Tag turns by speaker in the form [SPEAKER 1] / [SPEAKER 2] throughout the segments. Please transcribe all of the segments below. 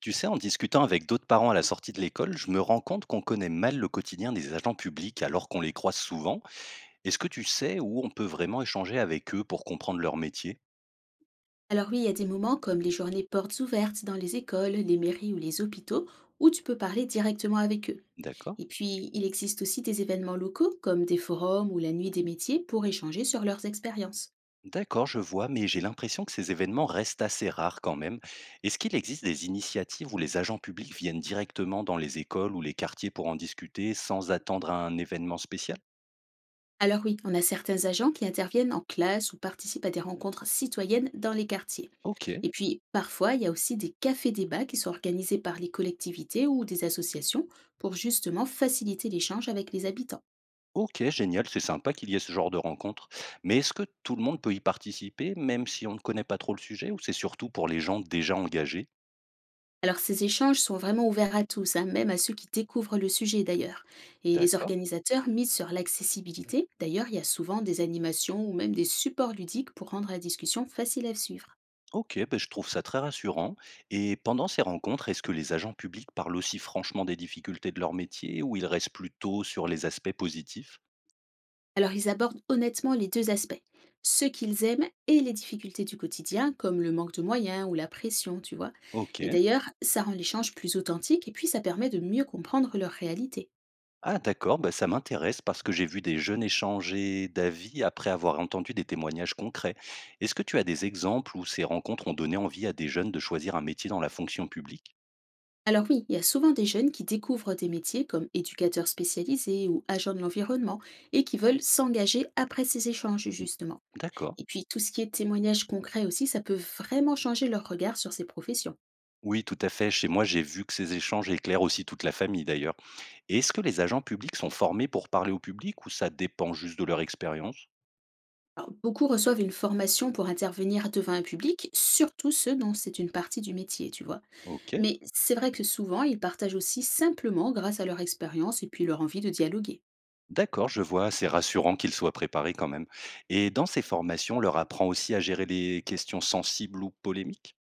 [SPEAKER 1] Tu sais, en discutant avec d'autres parents à la sortie de l'école, je me rends compte qu'on connaît mal le quotidien des agents publics alors qu'on les croise souvent. Est-ce que tu sais où on peut vraiment échanger avec eux pour comprendre leur métier?
[SPEAKER 2] Alors oui, il y a des moments comme les journées portes ouvertes dans les écoles, les mairies ou les hôpitaux où tu peux parler directement avec eux.
[SPEAKER 1] D'accord.
[SPEAKER 2] Et puis, il existe aussi des événements locaux comme des forums ou la nuit des métiers pour échanger sur leurs expériences.
[SPEAKER 1] D'accord, je vois, mais j'ai l'impression que ces événements restent assez rares quand même. Est-ce qu'il existe des initiatives où les agents publics viennent directement dans les écoles ou les quartiers pour en discuter sans attendre un événement spécial?
[SPEAKER 2] Alors oui, on a certains agents qui interviennent en classe ou participent à des rencontres citoyennes dans les quartiers.
[SPEAKER 1] Ok.
[SPEAKER 2] Et puis, parfois, il y a aussi des cafés-débats qui sont organisés par les collectivités ou des associations pour justement faciliter l'échange avec les habitants.
[SPEAKER 1] OK, génial, c'est sympa qu'il y ait ce genre de rencontre. Mais est-ce que tout le monde peut y participer, même si on ne connaît pas trop le sujet, ou c'est surtout pour les gens déjà engagés?
[SPEAKER 2] Alors ces échanges sont vraiment ouverts à tous, hein, même à ceux qui découvrent le sujet d'ailleurs. Et les
[SPEAKER 1] D'accord.
[SPEAKER 2] organisateurs misent sur l'accessibilité. D'ailleurs, il y a souvent des animations ou même des supports ludiques pour rendre la discussion facile à suivre.
[SPEAKER 1] OK, ben, je trouve ça très rassurant. Et pendant ces rencontres, est-ce que les agents publics parlent aussi franchement des difficultés de leur métier, ou ils restent plutôt sur les aspects positifs?
[SPEAKER 2] Alors ils abordent honnêtement les deux aspects, ce qu'ils aiment et les difficultés du quotidien, comme le manque de moyens ou la pression, tu vois. Et
[SPEAKER 1] OK.
[SPEAKER 2] d'ailleurs, ça rend l'échange plus authentique et puis ça permet de mieux comprendre leur réalité.
[SPEAKER 1] Ah d'accord, ben, ça m'intéresse parce que j'ai vu des jeunes échanger d'avis après avoir entendu des témoignages concrets. Est-ce que tu as des exemples où ces rencontres ont donné envie à des jeunes de choisir un métier dans la fonction publique?
[SPEAKER 2] Alors oui, il y a souvent des jeunes qui découvrent des métiers comme éducateurs spécialisés ou agents de l'environnement et qui veulent s'engager après ces échanges
[SPEAKER 1] Mmh.
[SPEAKER 2] justement.
[SPEAKER 1] D'accord.
[SPEAKER 2] Et puis tout ce qui est témoignage concret aussi, ça peut vraiment changer leur regard sur ces professions.
[SPEAKER 1] Oui, tout à fait. Chez moi, j'ai vu que ces échanges éclairent aussi toute la famille d'ailleurs. Et est-ce que les agents publics sont formés pour parler au public ou ça dépend juste de leur expérience?
[SPEAKER 2] Alors, beaucoup reçoivent une formation pour intervenir devant un public, surtout ceux dont c'est une partie du métier, tu vois.
[SPEAKER 1] Ok,
[SPEAKER 2] Mais c'est vrai que souvent, ils partagent aussi simplement grâce à leur expérience et puis leur envie de dialoguer.
[SPEAKER 1] d'accord, je vois. C'est rassurant qu'ils soient préparés quand même. Et dans ces formations, on leur apprend aussi à gérer les questions sensibles ou polémiques?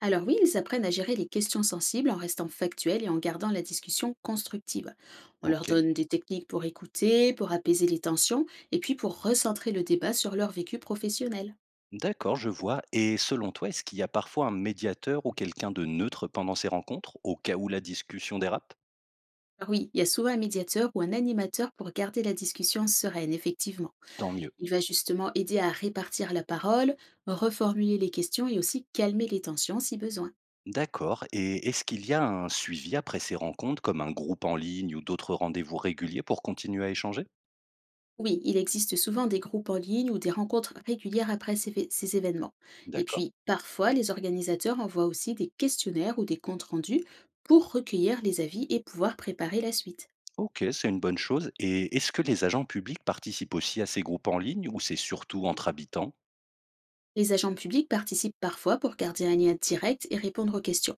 [SPEAKER 2] Alors oui, ils apprennent à gérer les questions sensibles en restant factuels et en gardant la discussion constructive. On leur
[SPEAKER 1] Ok,
[SPEAKER 2] donne des techniques pour écouter, pour apaiser les tensions et puis pour recentrer le débat sur leur vécu professionnel.
[SPEAKER 1] d'accord, je vois. Et selon toi, est-ce qu'il y a parfois un médiateur ou quelqu'un de neutre pendant ces rencontres, au cas où la discussion dérape?
[SPEAKER 2] Alors oui, il y a souvent un médiateur ou un animateur pour garder la discussion sereine, effectivement.
[SPEAKER 1] Tant mieux.
[SPEAKER 2] Il va justement aider à répartir la parole, reformuler les questions et aussi calmer les tensions si besoin.
[SPEAKER 1] D'accord, et est-ce qu'il y a un suivi après ces rencontres comme un groupe en ligne ou d'autres rendez-vous réguliers pour continuer à échanger?
[SPEAKER 2] Oui, il existe souvent des groupes en ligne ou des rencontres régulières après ces événements. Et
[SPEAKER 1] D'accord.
[SPEAKER 2] puis, parfois, les organisateurs envoient aussi des questionnaires ou des comptes rendus pour recueillir les avis et pouvoir préparer la suite.
[SPEAKER 1] OK, c'est une bonne chose, et est-ce que les agents publics participent aussi à ces groupes en ligne ou c'est surtout entre habitants?
[SPEAKER 2] Les agents publics participent parfois pour garder un lien direct et répondre aux questions.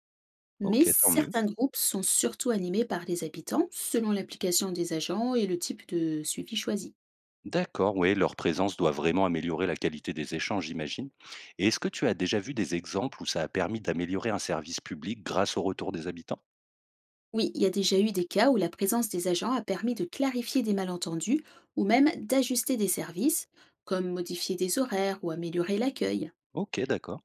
[SPEAKER 2] Mais
[SPEAKER 1] OK, tant mieux.
[SPEAKER 2] certains groupes sont surtout animés par les habitants, selon l'application des agents et le type de suivi choisi.
[SPEAKER 1] D'accord, oui, leur présence doit vraiment améliorer la qualité des échanges, j'imagine. Et est-ce que tu as déjà vu des exemples où ça a permis d'améliorer un service public grâce au retour des habitants?
[SPEAKER 2] Oui, il y a déjà eu des cas où la présence des agents a permis de clarifier des malentendus ou même d'ajuster des services, comme modifier des horaires ou améliorer l'accueil.
[SPEAKER 1] OK, d'accord.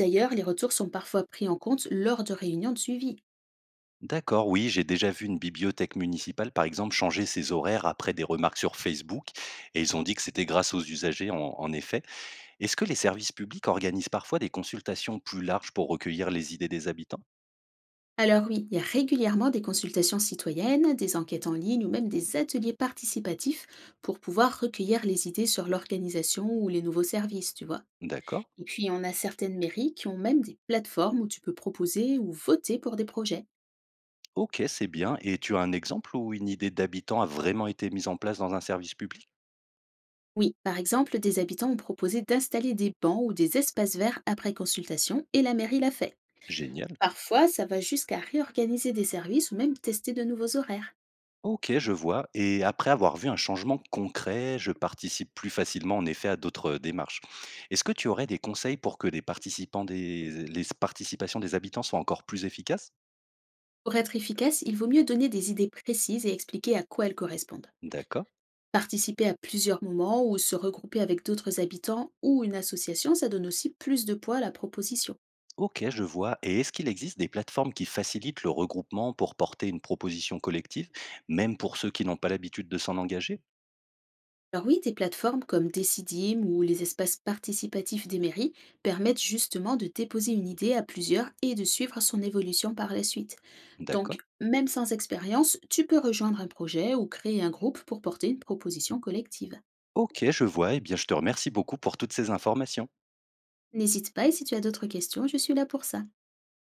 [SPEAKER 2] D'ailleurs, les retours sont parfois pris en compte lors de réunions de suivi.
[SPEAKER 1] D'accord, oui, j'ai déjà vu une bibliothèque municipale, par exemple, changer ses horaires après des remarques sur Facebook, et ils ont dit que c'était grâce aux usagers, en effet. Est-ce que les services publics organisent parfois des consultations plus larges pour recueillir les idées des habitants?
[SPEAKER 2] Alors oui, il y a régulièrement des consultations citoyennes, des enquêtes en ligne ou même des ateliers participatifs pour pouvoir recueillir les idées sur l'organisation ou les nouveaux services, tu vois.
[SPEAKER 1] D'accord.
[SPEAKER 2] Et puis, on a certaines mairies qui ont même des plateformes où tu peux proposer ou voter pour des projets.
[SPEAKER 1] Ok, c'est bien. Et tu as un exemple où une idée d'habitant a vraiment été mise en place dans un service public?
[SPEAKER 2] Oui, par exemple, des habitants ont proposé d'installer des bancs ou des espaces verts après consultation et la mairie l'a fait.
[SPEAKER 1] Génial.
[SPEAKER 2] Parfois, ça va jusqu'à réorganiser des services ou même tester de nouveaux horaires.
[SPEAKER 1] Ok, je vois. Et après avoir vu un changement concret, je participe plus facilement en effet à d'autres démarches. Est-ce que tu aurais des conseils pour que les participations des habitants soient encore plus efficaces?
[SPEAKER 2] Pour être efficace, il vaut mieux donner des idées précises et expliquer à quoi elles correspondent.
[SPEAKER 1] D'accord.
[SPEAKER 2] Participer à plusieurs moments ou se regrouper avec d'autres habitants ou une association, ça donne aussi plus de poids à la proposition.
[SPEAKER 1] Ok, je vois. Et est-ce qu'il existe des plateformes qui facilitent le regroupement pour porter une proposition collective, même pour ceux qui n'ont pas l'habitude de s'en engager?
[SPEAKER 2] Alors oui, des plateformes comme Decidim ou les espaces participatifs des mairies permettent justement de déposer une idée à plusieurs et de suivre son évolution par la suite. Donc,
[SPEAKER 1] D'accord.
[SPEAKER 2] même sans expérience, tu peux rejoindre un projet ou créer un groupe pour porter une proposition collective.
[SPEAKER 1] Ok, je vois. Eh bien, je te remercie beaucoup pour toutes ces informations.
[SPEAKER 2] N'hésite pas et si tu as d'autres questions, je suis là pour ça.